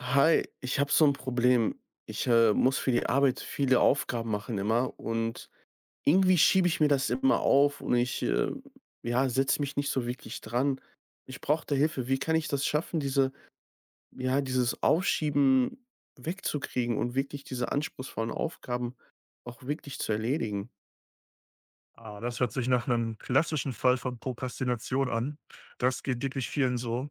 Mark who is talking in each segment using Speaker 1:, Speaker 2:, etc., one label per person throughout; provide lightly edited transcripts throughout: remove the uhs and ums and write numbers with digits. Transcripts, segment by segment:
Speaker 1: Hi, ich habe so ein Problem. Ich, muss für die Arbeit viele Aufgaben machen immer und irgendwie schiebe ich mir das immer auf und ich, ja, setze mich nicht so wirklich dran. Ich brauche da Hilfe. Wie kann ich das schaffen, dieses Aufschieben wegzukriegen und wirklich diese anspruchsvollen Aufgaben auch wirklich zu erledigen?
Speaker 2: Ah, das hört sich nach einem klassischen Fall von Prokrastination an. Das geht wirklich vielen so.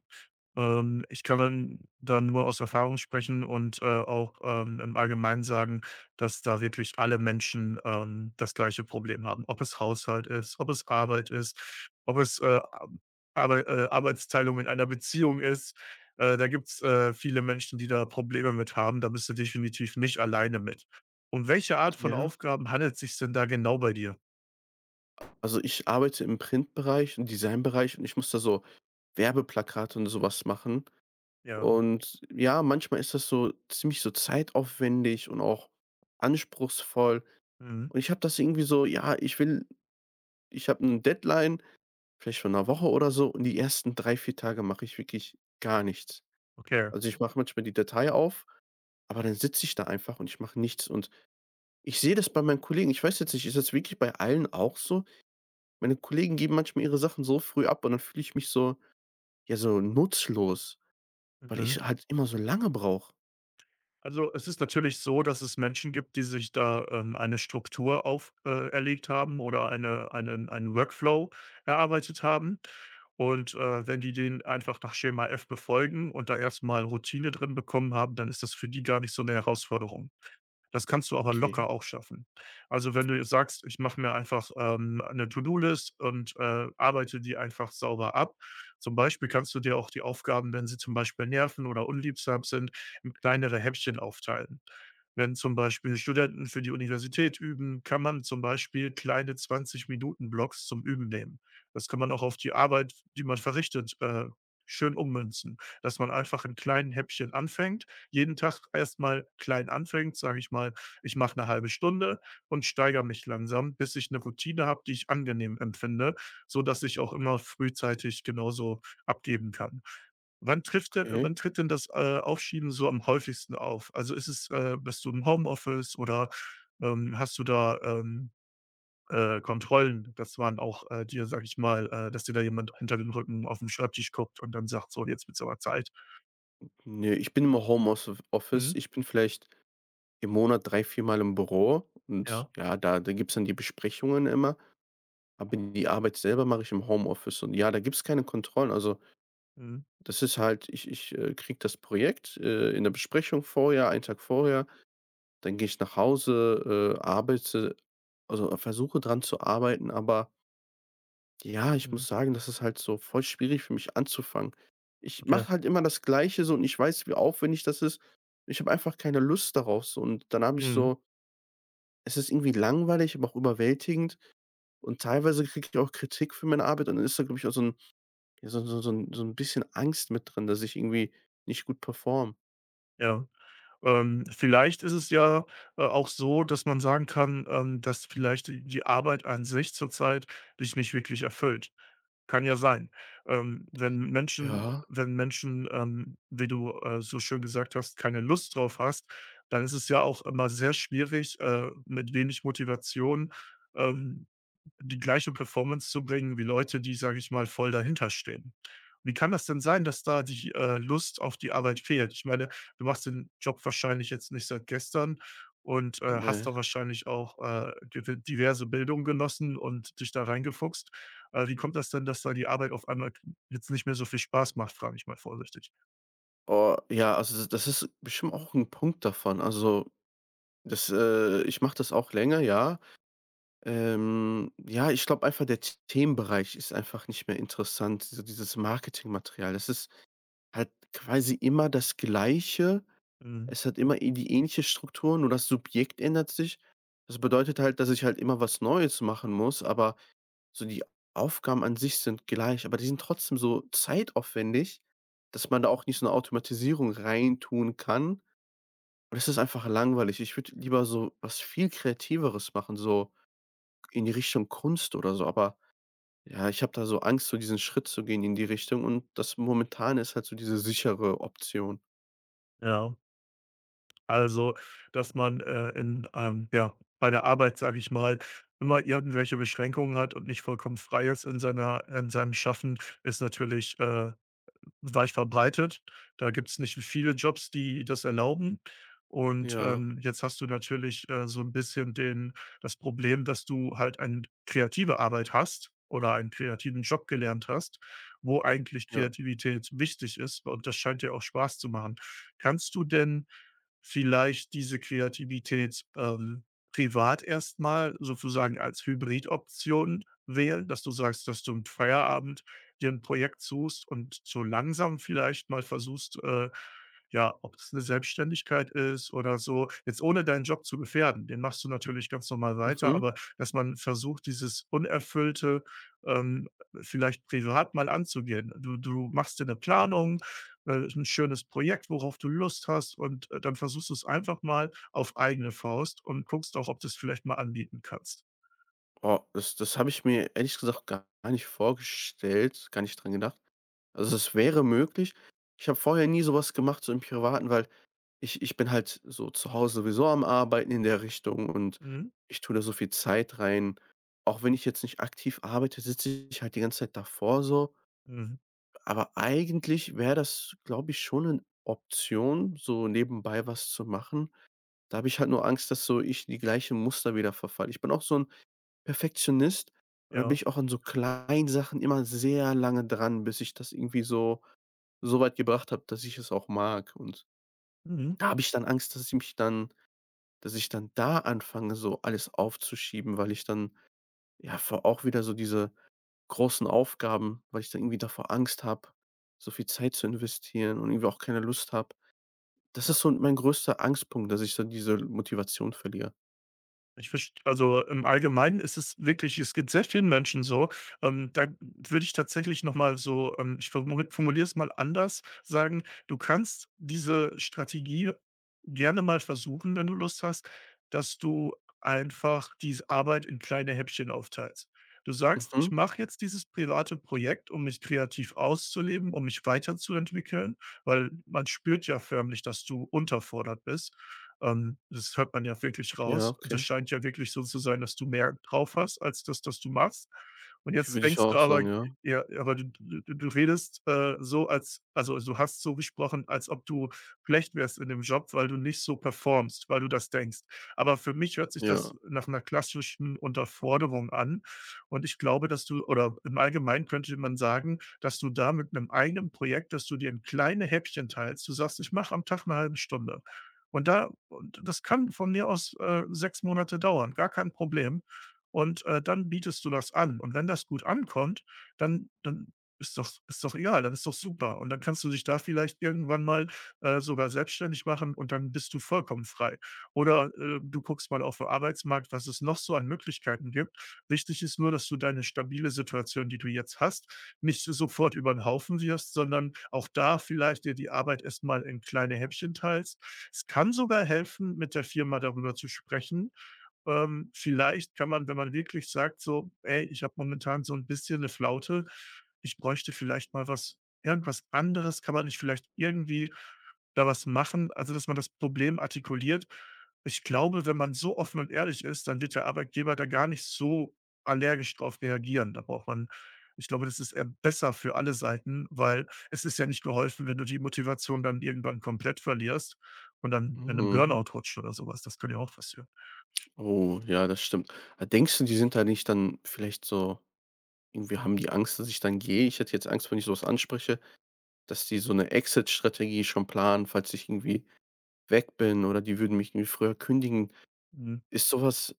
Speaker 2: Ich kann dann da nur aus Erfahrung sprechen und, auch, im Allgemeinen sagen, dass da wirklich alle Menschen, das gleiche Problem haben. Ob es Haushalt ist, ob es Arbeit ist, ob es, Ar Arbeitsteilung in einer Beziehung ist. Da gibt's, viele Menschen, die da Probleme mit haben. Da bist du definitiv nicht alleine mit. Um welche Art von
Speaker 1: Ja,
Speaker 2: Aufgaben handelt's sich denn da genau bei dir?
Speaker 1: also, ich arbeite im Printbereich und Designbereich und ich muss da so Werbeplakate und sowas machen.
Speaker 2: Ja.
Speaker 1: Und ja, manchmal ist das so ziemlich so zeitaufwendig und auch anspruchsvoll.
Speaker 2: Mhm.
Speaker 1: Und ich habe das irgendwie so, ich habe eine Deadline, vielleicht von einer Woche oder so, und die ersten 3, 4 Tage mache ich wirklich gar nichts.
Speaker 2: Okay.
Speaker 1: Also, ich mache manchmal die Datei auf, aber dann sitze ich da einfach und ich mache nichts. Und ich sehe das bei meinen Kollegen. Ich weiß jetzt nicht, ist das wirklich bei allen auch so? Meine Kollegen geben manchmal ihre Sachen so früh ab und dann fühle ich mich so, ja, so nutzlos, weil
Speaker 2: Mhm.
Speaker 1: ich halt immer so lange brauche.
Speaker 2: Also, es ist natürlich so, dass es Menschen gibt, die sich da, eine Struktur auf erlegt haben oder einen Workflow erarbeitet haben. Und, wenn die den einfach nach Schema F befolgen und da erstmal Routine drin bekommen haben, dann ist das für die gar nicht so eine Herausforderung. Das kannst du aber
Speaker 1: Okay,
Speaker 2: locker auch schaffen. Also, wenn du jetzt sagst: „Ich mache mir einfach, 'ne To-do-List und, arbeite die einfach sauber ab.“ Zum Beispiel kannst du dir auch die Aufgaben, wenn sie zum Beispiel nerven oder unliebsam sind, in kleinere Häppchen aufteilen. Wenn zum Beispiel Studenten für die Universität üben, kann man zum Beispiel kleine 20 Minuten Blocks zum Üben nehmen. Das kann man auch auf die Arbeit, die man verrichtet, schön ummünzen, dass man einfach in kleinen Häppchen anfängt, jeden Tag erstmal klein anfängt, sage ich mal, ich mache eine halbe Stunde und steigere mich langsam, bis ich eine Routine habe, die ich angenehm empfinde, so dass ich auch immer frühzeitig genauso abgeben kann.
Speaker 1: okay.
Speaker 2: Wann tritt denn das, Aufschieben so am häufigsten auf? Also, ist es, bist du im Homeoffice oder, hast du da, Kontrollen? Das waren auch, dir, sage ich mal, dass dir da jemand hinter dem Rücken aufm Schreibtisch guckt und dann sagt: „So, jetzt wird's aber Zeit.“
Speaker 1: Ne, ich bin im Homeoffi Office.
Speaker 2: Mhm.
Speaker 1: Ich bin vielleicht im Monat 3 viermal im Büro und
Speaker 2: Ja.
Speaker 1: ja, da gibt's dann die Besprechungen immer, aber die Arbeit selber mache ich im Homeoffice und ja, da gibt's keine Kontrollen. Also,
Speaker 2: Mhm.
Speaker 1: das ist halt ich kriege das Projekt, in der Besprechung vorher, einen Tag vorher, dann gehe ich nach Hause, arbeite also, versuche dran zu arbeiten, aber ja, ich
Speaker 2: Mhm.
Speaker 1: muss sagen, das ist halt so voll schwierig für mich anzufangen. Ich
Speaker 2: Okay.
Speaker 1: mache halt immer das Gleiche so und ich weiß, wie aufwendig das ist. Ich habe einfach keine Lust darauf so und dann habe ich
Speaker 2: Mhm,
Speaker 1: so, es ist irgendwie langweilig, aber auch überwältigend und teilweise kriege ich auch Kritik für meine Arbeit und dann ist da, glaube ich, auch so ein, ja, so 'n bisschen Angst mit drin, dass ich irgendwie nicht gut performe.
Speaker 2: ja. Vielleicht ist es ja, auch so, dass man sagen kann, dass vielleicht die Arbeit an sich zurzeit dich nicht wirklich erfüllt. Kann ja sein.
Speaker 1: Ja,
Speaker 2: Wenn Menschen, wie du, so schön gesagt hast, keine Lust drauf hast, dann ist es ja auch immer sehr schwierig, mit wenig Motivation, ähm die gleiche Performance zu bringen wie Leute, die, sage ich mal, voll dahinterstehen. Wie kann das denn sein, dass da die, Lust auf die Arbeit fehlt? Ich meine, du machst den Job wahrscheinlich jetzt nicht seit gestern und, hast
Speaker 1: ne.
Speaker 2: da wahrscheinlich auch, diverse Bildung genossen und dich da reingefuchst. Wie kommt das denn, dass da die Arbeit auf einmal jetzt nicht mehr so viel Spaß macht, frage ich mal vorsichtig?
Speaker 1: Oh, ja, also, das ist bestimmt auch ein Punkt davon. Also, das ich mache das auch länger, ja. Ja, ich glaube einfach, der T Themenbereich ist einfach nicht mehr interessant, so dieses Marketingmaterial. Das ist halt quasi immer das Gleiche.
Speaker 2: Mhm.
Speaker 1: Es hat immer eh die ähnliche Struktur, nur das Subjekt ändert sich. Das bedeutet halt, dass ich halt immer was Neues machen muss, aber so die Aufgaben an sich sind gleich, aber die sind trotzdem so zeitaufwendig, dass man da auch nicht so eine Automatisierung reintun kann. Und das ist einfach langweilig. Ich würde lieber so was viel Kreativeres machen, so in die Richtung Kunst oder so, aber ja, ich habe da so Angst, so diesen Schritt zu gehen in die Richtung und das momentan ist halt so diese sichere Option.
Speaker 2: Ja, also, dass man, in ja, bei der Arbeit, sage ich mal, immer irgendwelche Beschränkungen hat und nicht vollkommen frei ist in seinem Schaffen, ist natürlich, weit verbreitet. Da gibt es nicht viele Jobs, die das erlauben. Und,
Speaker 1: Ja,
Speaker 2: jetzt hast du natürlich, so ein bisschen den das Problem, dass du halt eine kreative Arbeit hast oder einen kreativen Job gelernt hast, wo eigentlich
Speaker 1: ja.
Speaker 2: Kreativität wichtig ist und das scheint dir auch Spaß zu machen. Kannst du denn vielleicht diese Kreativität, privat erstmal sozusagen als Hybridoption wählen, dass du sagst, dass du am Feierabend dir 'n Projekt suchst und so langsam vielleicht mal versuchst, ja, ob's eine Selbstständigkeit ist oder so, jetzt ohne deinen Job zu gefährden. Den machst du natürlich ganz normal weiter,
Speaker 1: Mhm.
Speaker 2: aber dass man versucht, dieses Unerfüllte, ähm, vielleicht privat mal anzugehen. Du machst dir eine Planung, 'n schönes Projekt, worauf du Lust hast und, dann versuchst du es einfach mal auf eigene Faust und guckst auch, ob du es vielleicht mal anbieten kannst.
Speaker 1: Oh, das habe ich mir ehrlich gesagt gar nicht vorgestellt, gar nicht dran gedacht. Also, es wäre möglich. Ich habe vorher nie so was gemacht, so im Privaten, weil ich bin halt so zu Hause sowieso am Arbeiten in der Richtung und
Speaker 2: Mhm,
Speaker 1: ich tue da so viel Zeit rein. Auch wenn ich jetzt nicht aktiv arbeite, sitze ich halt die ganze Zeit davor so.
Speaker 2: mhm,
Speaker 1: Aber eigentlich wäre das, glaube ich, schon eine Option, so nebenbei was zu machen. Da habe ich halt nur Angst, dass so ich in die gleichen Muster wieder verfalle. Ich bin auch so ein Perfektionist und da bin
Speaker 2: ja,
Speaker 1: ich auch an so kleinen Sachen immer sehr lange dran, bis ich das irgendwie so so weit gebracht habe, dass ich es auch mag. Und
Speaker 2: mhm,
Speaker 1: da habe ich dann Angst, dass ich dann da anfange, so alles aufzuschieben, weil ich dann, ja, vor auch wieder so diese großen Aufgaben, weil ich dann irgendwie davor Angst habe, so viel Zeit zu investieren und irgendwie auch keine Lust habe. Das
Speaker 2: ja.
Speaker 1: ist so mein größter Angstpunkt, dass ich so diese Motivation verliere.
Speaker 2: Ich verst Also, im Allgemeinen ist es wirklich, es geht sehr vielen Menschen so. Da würde ich tatsächlich noch mal so, ich formuliere es mal anders, sagen, du kannst diese Strategie gerne mal versuchen, wenn du Lust hast, dass du einfach diese Arbeit in kleine Häppchen aufteilst. Du sagst: „Ich
Speaker 1: Mhm.
Speaker 2: mache jetzt dieses private Projekt, um mich kreativ auszuleben, um mich weiterzuentwickeln“, weil man spürt ja förmlich, dass du unterfordert bist. Das hört man ja wirklich
Speaker 1: Ja,
Speaker 2: raus. Das
Speaker 1: okay.
Speaker 2: scheint ja wirklich so zu sein, dass du mehr drauf hast als das, was du machst. Und jetzt
Speaker 1: Würde ich
Speaker 2: denkst du
Speaker 1: auch
Speaker 2: aber
Speaker 1: sagen, ja.
Speaker 2: ja, aber du redest, so also, du hast so gesprochen, als ob du schlecht wärst in dem Job, weil du nicht so performst, weil du das denkst. Aber für mich hört sich das
Speaker 1: Ja.
Speaker 2: nach einer klassischen Unterforderung an. Und ich glaube, dass du, oder im Allgemeinen könnte man sagen, dass du da mit einem eigenen Projekt, dass du dir ein kleine Häppchen teilst. Du sagst: „Ich mache am Tag eine halbe Stunde.“ Und da und das kann von mir aus, 6 Monate dauern, gar kein Problem. Und, dann bietest du das an. Und wenn das gut ankommt, dann ist doch egal, dann ist doch super. Und dann kannst du dich da vielleicht irgendwann mal, sogar selbstständig machen und dann bist du vollkommen frei. Oder, du guckst mal auf 'n Arbeitsmarkt, was es noch so an Möglichkeiten gibt. Wichtig ist nur, dass du deine stabile Situation, die du jetzt hast, nicht sofort über 'n Haufen wirfst, sondern auch da vielleicht dir die Arbeit erst mal in kleine Häppchen teilst. Es kann sogar helfen, mit der Firma darüber zu sprechen. Vielleicht kann man, wenn man wirklich sagt, so, ey, ich habe momentan so ein bisschen eine Flaute, ich bräuchte vielleicht mal was irgendwas anderes, kann man nicht vielleicht irgendwie da was machen? Also, dass man das Problem artikuliert. Ich glaube, wenn man so offen und ehrlich ist, dann wird der Arbeitgeber da gar nicht so allergisch drauf reagieren. Da braucht man Ich glaube, das ist eher besser für alle Seiten, weil es ist ja nicht geholfen, wenn du die Motivation dann irgendwann komplett verlierst. Und dann in einem
Speaker 1: Mhm.
Speaker 2: Burnout rutscht oder sowas. Das könnte ja auch passieren.
Speaker 1: Oh, ja, das stimmt. Ah, denkst du, die sind da nicht dann vielleicht so, irgendwie haben die Angst, dass ich dann gehe? Ich hätte jetzt Angst, wenn ich sowas anspreche, dass die so eine Exit-Strategie schon planen, falls ich irgendwie weg bin oder die würden mich irgendwie früher kündigen.
Speaker 2: Mhm.
Speaker 1: Ist sowas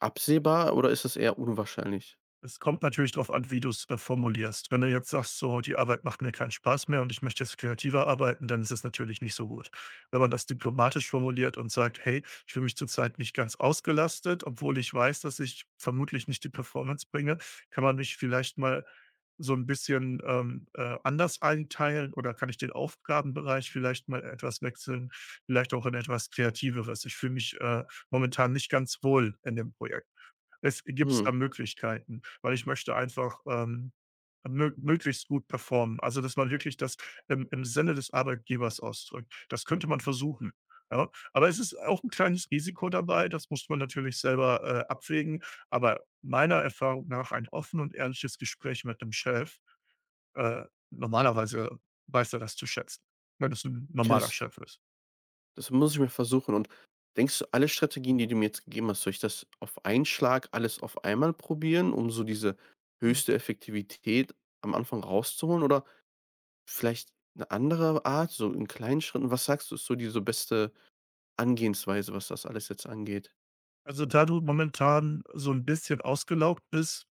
Speaker 1: absehbar oder ist das eher unwahrscheinlich?
Speaker 2: Es kommt natürlich darauf an, wie du's, formulierst. Wenn du jetzt sagst: „So, die Arbeit macht mir keinen Spaß mehr und ich möchte jetzt kreativer arbeiten“, dann ist es natürlich nicht so gut. Wenn man das diplomatisch formuliert und sagt: „Hey, ich fühle mich zurzeit nicht ganz ausgelastet, obwohl ich weiß, dass ich vermutlich nicht die Performance bringe, kann man mich vielleicht mal so ein bisschen, anders einteilen oder kann ich den Aufgabenbereich vielleicht mal etwas wechseln, vielleicht auch in etwas Kreativeres. Ich fühle mich, momentan nicht ganz wohl in dem Projekt.“ Es gibt
Speaker 1: Hm,
Speaker 2: da Möglichkeiten, weil ich möchte einfach, mö möglichst gut performen. Also, dass man wirklich das im Sinne des Arbeitgebers ausdrückt. Das könnte man versuchen, ja? Aber es ist auch ein kleines Risiko dabei, das muss man natürlich selber, abwägen. Aber meiner Erfahrung nach ein offen und ehrliches Gespräch mit dem Chef, äh, normalerweise weiß er das zu schätzen, wenn es 'n
Speaker 1: okay,
Speaker 2: normaler
Speaker 1: das
Speaker 2: Chef ist.
Speaker 1: das muss ich mir versuchen. Und denkst du, alle Strategien, die du mir jetzt gegeben hast, soll ich das auf einen Schlag alles auf einmal probieren, um so diese
Speaker 2: Mhm.
Speaker 1: höchste Effektivität am Anfang rauszuholen oder vielleicht eine andere Art, so in kleinen Schritten? Was sagst du, ist so diese beste Angehensweise, was das alles jetzt angeht?
Speaker 2: Also, da du momentan so ein bisschen ausgelaugt bist,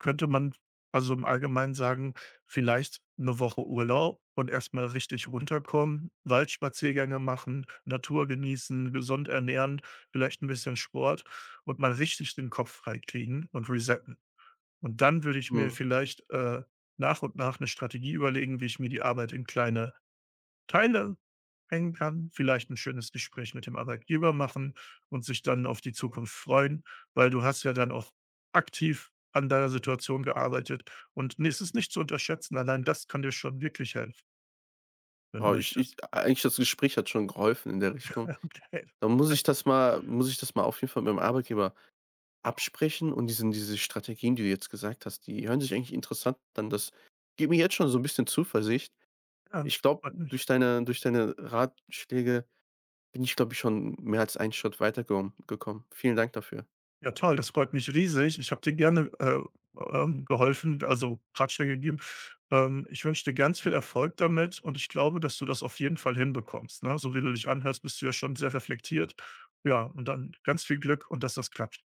Speaker 2: könnte man, also im Allgemeinen sagen, vielleicht eine Woche Urlaub und erstmal richtig runterkommen, Waldspaziergänge machen, Natur genießen, gesund ernähren, vielleicht ein bisschen Sport und mal richtig den Kopf freikriegen und resetten. Und dann würde ich mir
Speaker 1: Mhm.
Speaker 2: vielleicht, nach und nach eine Strategie überlegen, wie ich mir die Arbeit in kleine Teile hängen kann, vielleicht ein schönes Gespräch mit dem Arbeitgeber machen und sich dann auf die Zukunft freuen, weil du hast ja dann auch aktiv an deiner Situation gearbeitet und n es ist nicht zu unterschätzen, allein das kann dir schon wirklich helfen, wenn du
Speaker 1: Oh, ich
Speaker 2: möchtest.
Speaker 1: ich eigentlich das Gespräch hat schon geholfen in der Richtung.
Speaker 2: Hey,
Speaker 1: Dann
Speaker 2: Danke.
Speaker 1: muss ich das mal auf jeden Fall mit meinem Arbeitgeber absprechen und diese Strategien, die du jetzt gesagt hast, die hören sich eigentlich interessant an. Das gibt mir jetzt schon so ein bisschen Zuversicht.
Speaker 2: Ja,
Speaker 1: Ich glaube,
Speaker 2: freut mich.
Speaker 1: durch deine Ratschläge bin ich, glaube ich, schon mehr als einen Schritt weitergekommen gekommen. Gekommen. Vielen Dank dafür.
Speaker 2: Ja, toll, das freut mich riesig. Ich habe dir gerne, geholfen, also Ratschläge gegeben. Ich wünsche dir ganz viel Erfolg damit und ich glaube, dass du das auf jeden Fall hinbekommst, ne? So wie du dich anhörst, bist du ja schon sehr reflektiert. Ja, und dann ganz viel Glück und dass das klappt.